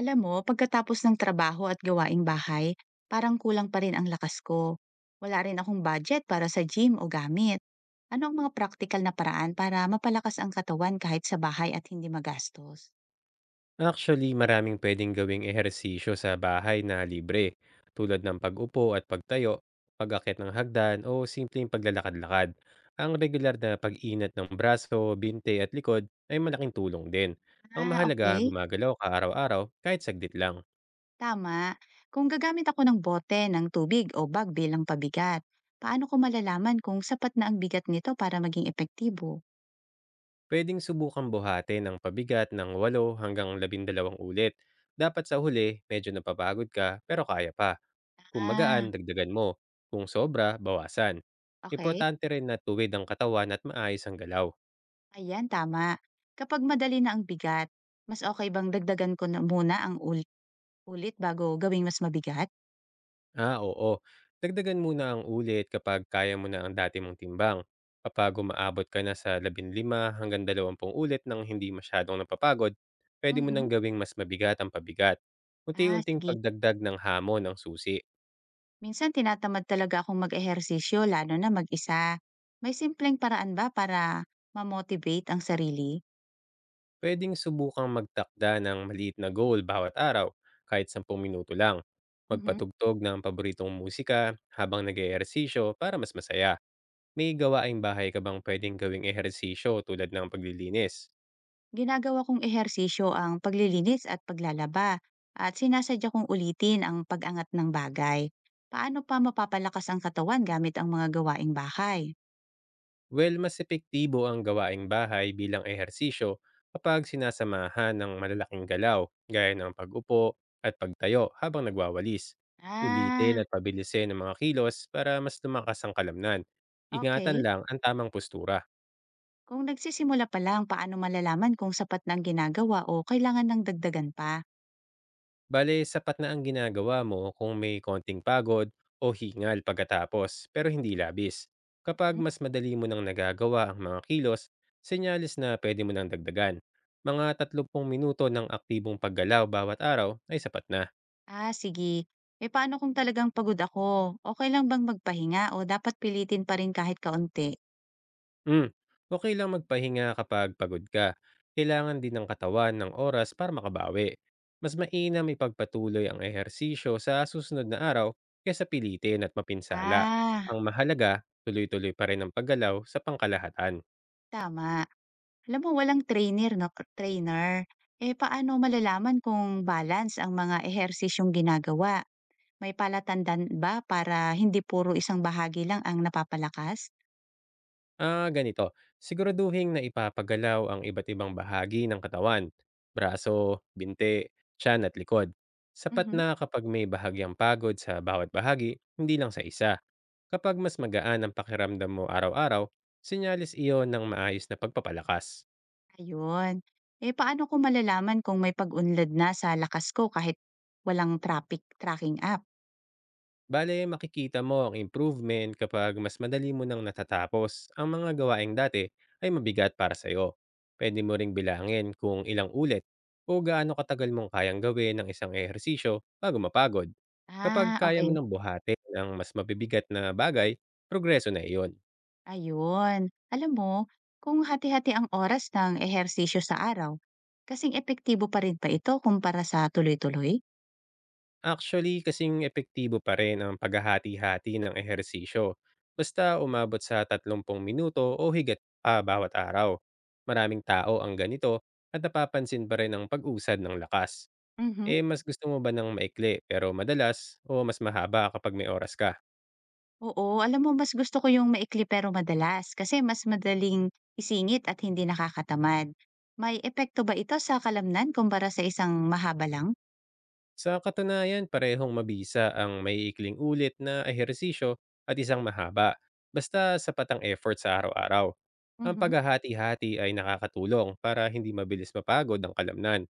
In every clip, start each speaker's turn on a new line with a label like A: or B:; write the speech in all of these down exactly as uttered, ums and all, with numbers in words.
A: Alam mo, pagkatapos ng trabaho at gawaing bahay, parang kulang pa rin ang lakas ko. Wala rin akong budget para sa gym o gamit. Ano ang mga practical na paraan para mapalakas ang katawan kahit sa bahay at hindi magastos?
B: Actually, maraming pwedeng gawing ehersisyo sa bahay na libre, tulad ng pag-upo at pagtayo, pag-akyat ng hagdan o simpleng paglalakad-lakad. Ang regular na pag-inat ng braso, binte at likod ay malaking tulong din. Ang
A: Ah,
B: mahalaga,
A: okay.
B: gumagalaw ka araw-araw kahit saglit lang.
A: Tama. Kung gagamit ako ng bote, ng tubig o bag bilang pabigat, paano ko malalaman kung sapat na ang bigat nito para maging epektibo?
B: Pwedeng subukan buhati ng pabigat ng walo hanggang labindalawang ulit. Dapat sa huli, medyo napapagod ka pero kaya pa. Kung magaan,
A: Ah,
B: dagdagan mo. Kung sobra, bawasan.
A: okay.
B: Importante rin na tuwid ang katawan at maayos ang galaw.
A: Ayan, tama. Kapag madali na ang bigat, mas okay bang dagdagan ko na muna ang ulti ulit bago gawing mas mabigat?
B: Ah, oo. Dagdagan muna ang ulit kapag kaya mo na ang dati mong timbang. Kapag umaabot ka na sa fifteen hanggang twenty ulit nang hindi masyadong napapagod, pwede mo nang
A: Mhm.
B: gawing mas mabigat ang pabigat.
A: Ah,
B: Unti-unting
A: sige.
B: pagdagdag ng hamon ang susi.
A: Minsan tinatamad talaga akong mag-ehersisyo lalo na mag-isa. May simpleng paraan ba para ma-motivate ang sarili?
B: Puwedeng subukang magtakda ng maliit na goal bawat araw, kahit ten minuto lang.
A: Mhm.
B: Magpatugtog ng paboritong musika habang nag-eehersisyo para mas masaya. May gawaing bahay ka bang puwedeng gawing ehersisyo tulad ng paglilinis?
A: Ginagawa kong ehersisyo ang paglilinis at paglalaba at sinasadya kong ulitin ang pag-angat ng bagay. Paano pa mapapalakas ang katawan gamit ang mga gawaing bahay?
B: Well, mas epektibo ang gawaing bahay bilang ehersisyo kapag sinasamahan ng malalaking galaw gaya ng pag-upo at pagtayo habang nagwawalis. Ulitin
A: Ah,
B: at pabilisin ang mga kilos para mas lumakas ang kalamnan. Ingatan
A: okay.
B: lang ang tamang postura.
A: Kung nagsisimula pa lang, paano malalaman kung sapat na ang ginagawa o kailangan ng dagdagan pa?
B: Bale, sapat na ang ginagawa mo kung may konting pagod o hingal pagkatapos, pero hindi labis. Kapag mas madali mo nang nagagawa ang mga kilos, senyales na pwede mo nang dagdagan. Mga thirty minuto ng aktibong paggalaw bawat araw ay sapat na.
A: Ah, sige. Eh paano kung talagang pagod ako? Okay lang bang magpahinga o dapat pilitin pa rin kahit kaunti?
B: Hmm, okay lang magpahinga kapag pagod ka. Kailangan din ng katawan ng oras para makabawi. Mas mainam ipagpatuloy ang ehersisyo sa susunod na araw kaysa pilitin at mapinsala.
A: Ah,
B: Ang mahalaga, tuloy-tuloy pa rin ang paggalaw sa pangkalahatan.
A: tama. Alam mo walang trainer, no? Trainer. Eh paano malalaman kung balance ang mga ehersisyong ginagawa? May palatandan ba para hindi puro isang bahagi lang ang napapalakas?
B: Ah, ganito, siguraduhin na ipapagalaw ang iba't ibang bahagi ng katawan, braso, binte, tiyan at likod. Sapat
A: Mhm.
B: na kapag may bahagyang pagod sa bawat bahagi, hindi lang sa isa. Kapag mas magaan ang pakiramdam mo araw-araw, senyales iyon ng maayos na pagpapalakas.
A: Ayun. Eh paano ko malalaman kung may pag-unlad na sa lakas ko kahit walang traffic tracking app?
B: Bale, makikita mo ang improvement kapag mas madali mo nang natatapos ang mga gawaing dati ay mabigat para sa'yo. Pwede mo ring bilangin kung ilang ulit o gaano katagal mong kayang gawin ng isang ehersisyo bago mapagod. Kapag
A: Ah,
B: kaya
A: okay.
B: mo nang buhati ng mas mabibigat na bagay, progreso na iyon.
A: Ayun. Alam mo, kung hati-hati ang oras ng ehersisyo sa araw, kasing epektibo pa rin ba ito kumpara sa tuloy-tuloy?
B: Actually, kasing epektibo pa rin ang paghahati-hati ng ehersisyo. Basta umabot sa thirty minuto o higit pa bawat araw. Maraming tao ang ganito at napapansin pa rin ang pag-usad ng lakas. Eh,
A: Mhm.
B: mas gusto mo ba ng maikli pero madalas o mas mahaba kapag may oras ka?
A: Oo, alam mo, mas gusto ko yung maikli pero madalas kasi mas madaling isingit at hindi nakakatamad. May epekto ba ito sa kalamnan kumpara sa isang mahaba lang?
B: Sa katunayan, parehong mabisa ang may ikling ulit na ehersisyo at isang mahaba, basta sapat ang effort sa araw-araw. Ang
A: Mhm.
B: paghahati-hati ay nakakatulong para hindi mabilis mapagod ang kalamnan.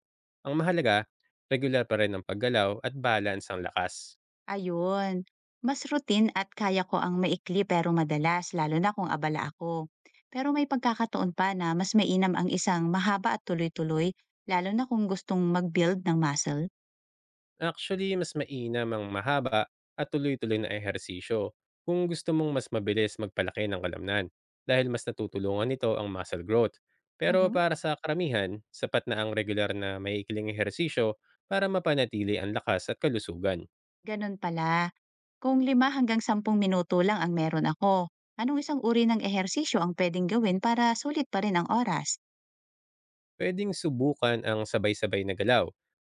B: Ang mahalaga, regular pa rin ang paggalaw at balance ang lakas.
A: Ayun. Mas routine at kaya ko ang maikli pero madalas, lalo na kung abala ako. Pero may pagkakataon pa na mas mainam ang isang mahaba at tuloy-tuloy, lalo na kung gustong mag-build ng muscle.
B: Actually, mas mainam ang mahaba at tuloy-tuloy na ehersisyo kung gusto mong mas mabilis magpalaki ng kalamnan dahil mas natutulungan nito ang muscle growth. Pero
A: Mhm.
B: para sa karamihan, sapat na ang regular na maiikling ehersisyo para mapanatili ang lakas at kalusugan.
A: Ganun pala. Kung lima hanggang sampung minuto lang ang meron ako, anong isang uri ng ehersisyo ang pwedeng gawin para sulit pa rin ang oras?
B: Puwedeng subukan ang sabay-sabay na galaw,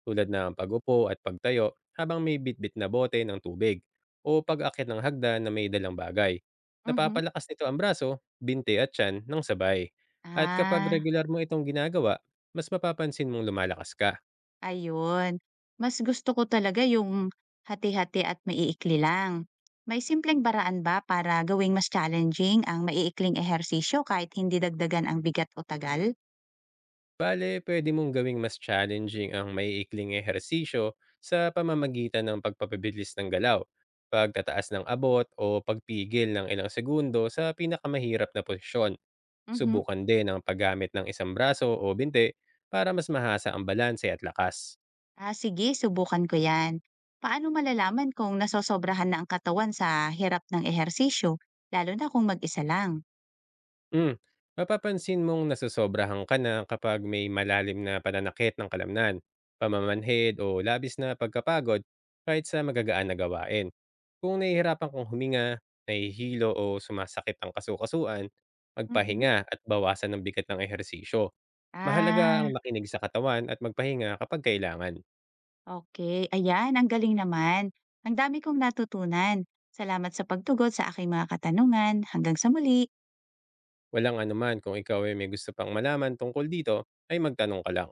B: tulad ng pag at pagtayo habang may bitbit na bote ng tubig o pag-akyat ng hagda na may dalang bagay.
A: Mhm.
B: Napapalakas nito ang braso, binte at tiyan ng sabay. At kapag
A: Ah,
B: regular mo itong ginagawa, mas mapapansin mong lumalakas ka.
A: ayun, mas gusto ko talaga yung hati-hati at maiikli lang. May simpleng paraan ba para gawing mas challenging ang maiikling ehersisyo kahit hindi dagdagan ang bigat o tagal?
B: Bale, pwede mong gawing mas challenging ang maiikling ehersisyo sa pamamagitan ng pagpapabilis ng galaw, pagtataas ng abot o pagpigil ng ilang segundo sa pinakamahirap na posisyon.
A: Mhm.
B: Subukan din ang paggamit ng isang braso o binte para mas mahasa ang balanse at lakas.
A: Ah, sige subukan ko 'yan. Paano malalaman kung nasosobrahan na ang katawan sa hirap ng ehersisyo, lalo na kung mag-isa lang?
B: Mm. Mapapansin mong nasusobrahan ka na kapag may malalim na pananakit ng kalamnan, pamamanhid o labis na pagkapagod kahit sa magagaan na gawain. Kung nahihirapan kang huminga, nahihilo o sumasakit ang kasukasuan,
A: Mhm.
B: magpahinga at bawasan ng bigat ng ehersisyo. Mahalaga ang
A: Ah,
B: makinig sa katawan at magpahinga kapag kailangan.
A: okay. Ayan, ang galing naman. Ang dami kong natutunan. Salamat sa pagtugon sa aking mga katanungan. Hanggang sa muli.
B: Walang anuman, kung ikaw ay may gusto pang malaman tungkol dito, ay magtanong ka lang.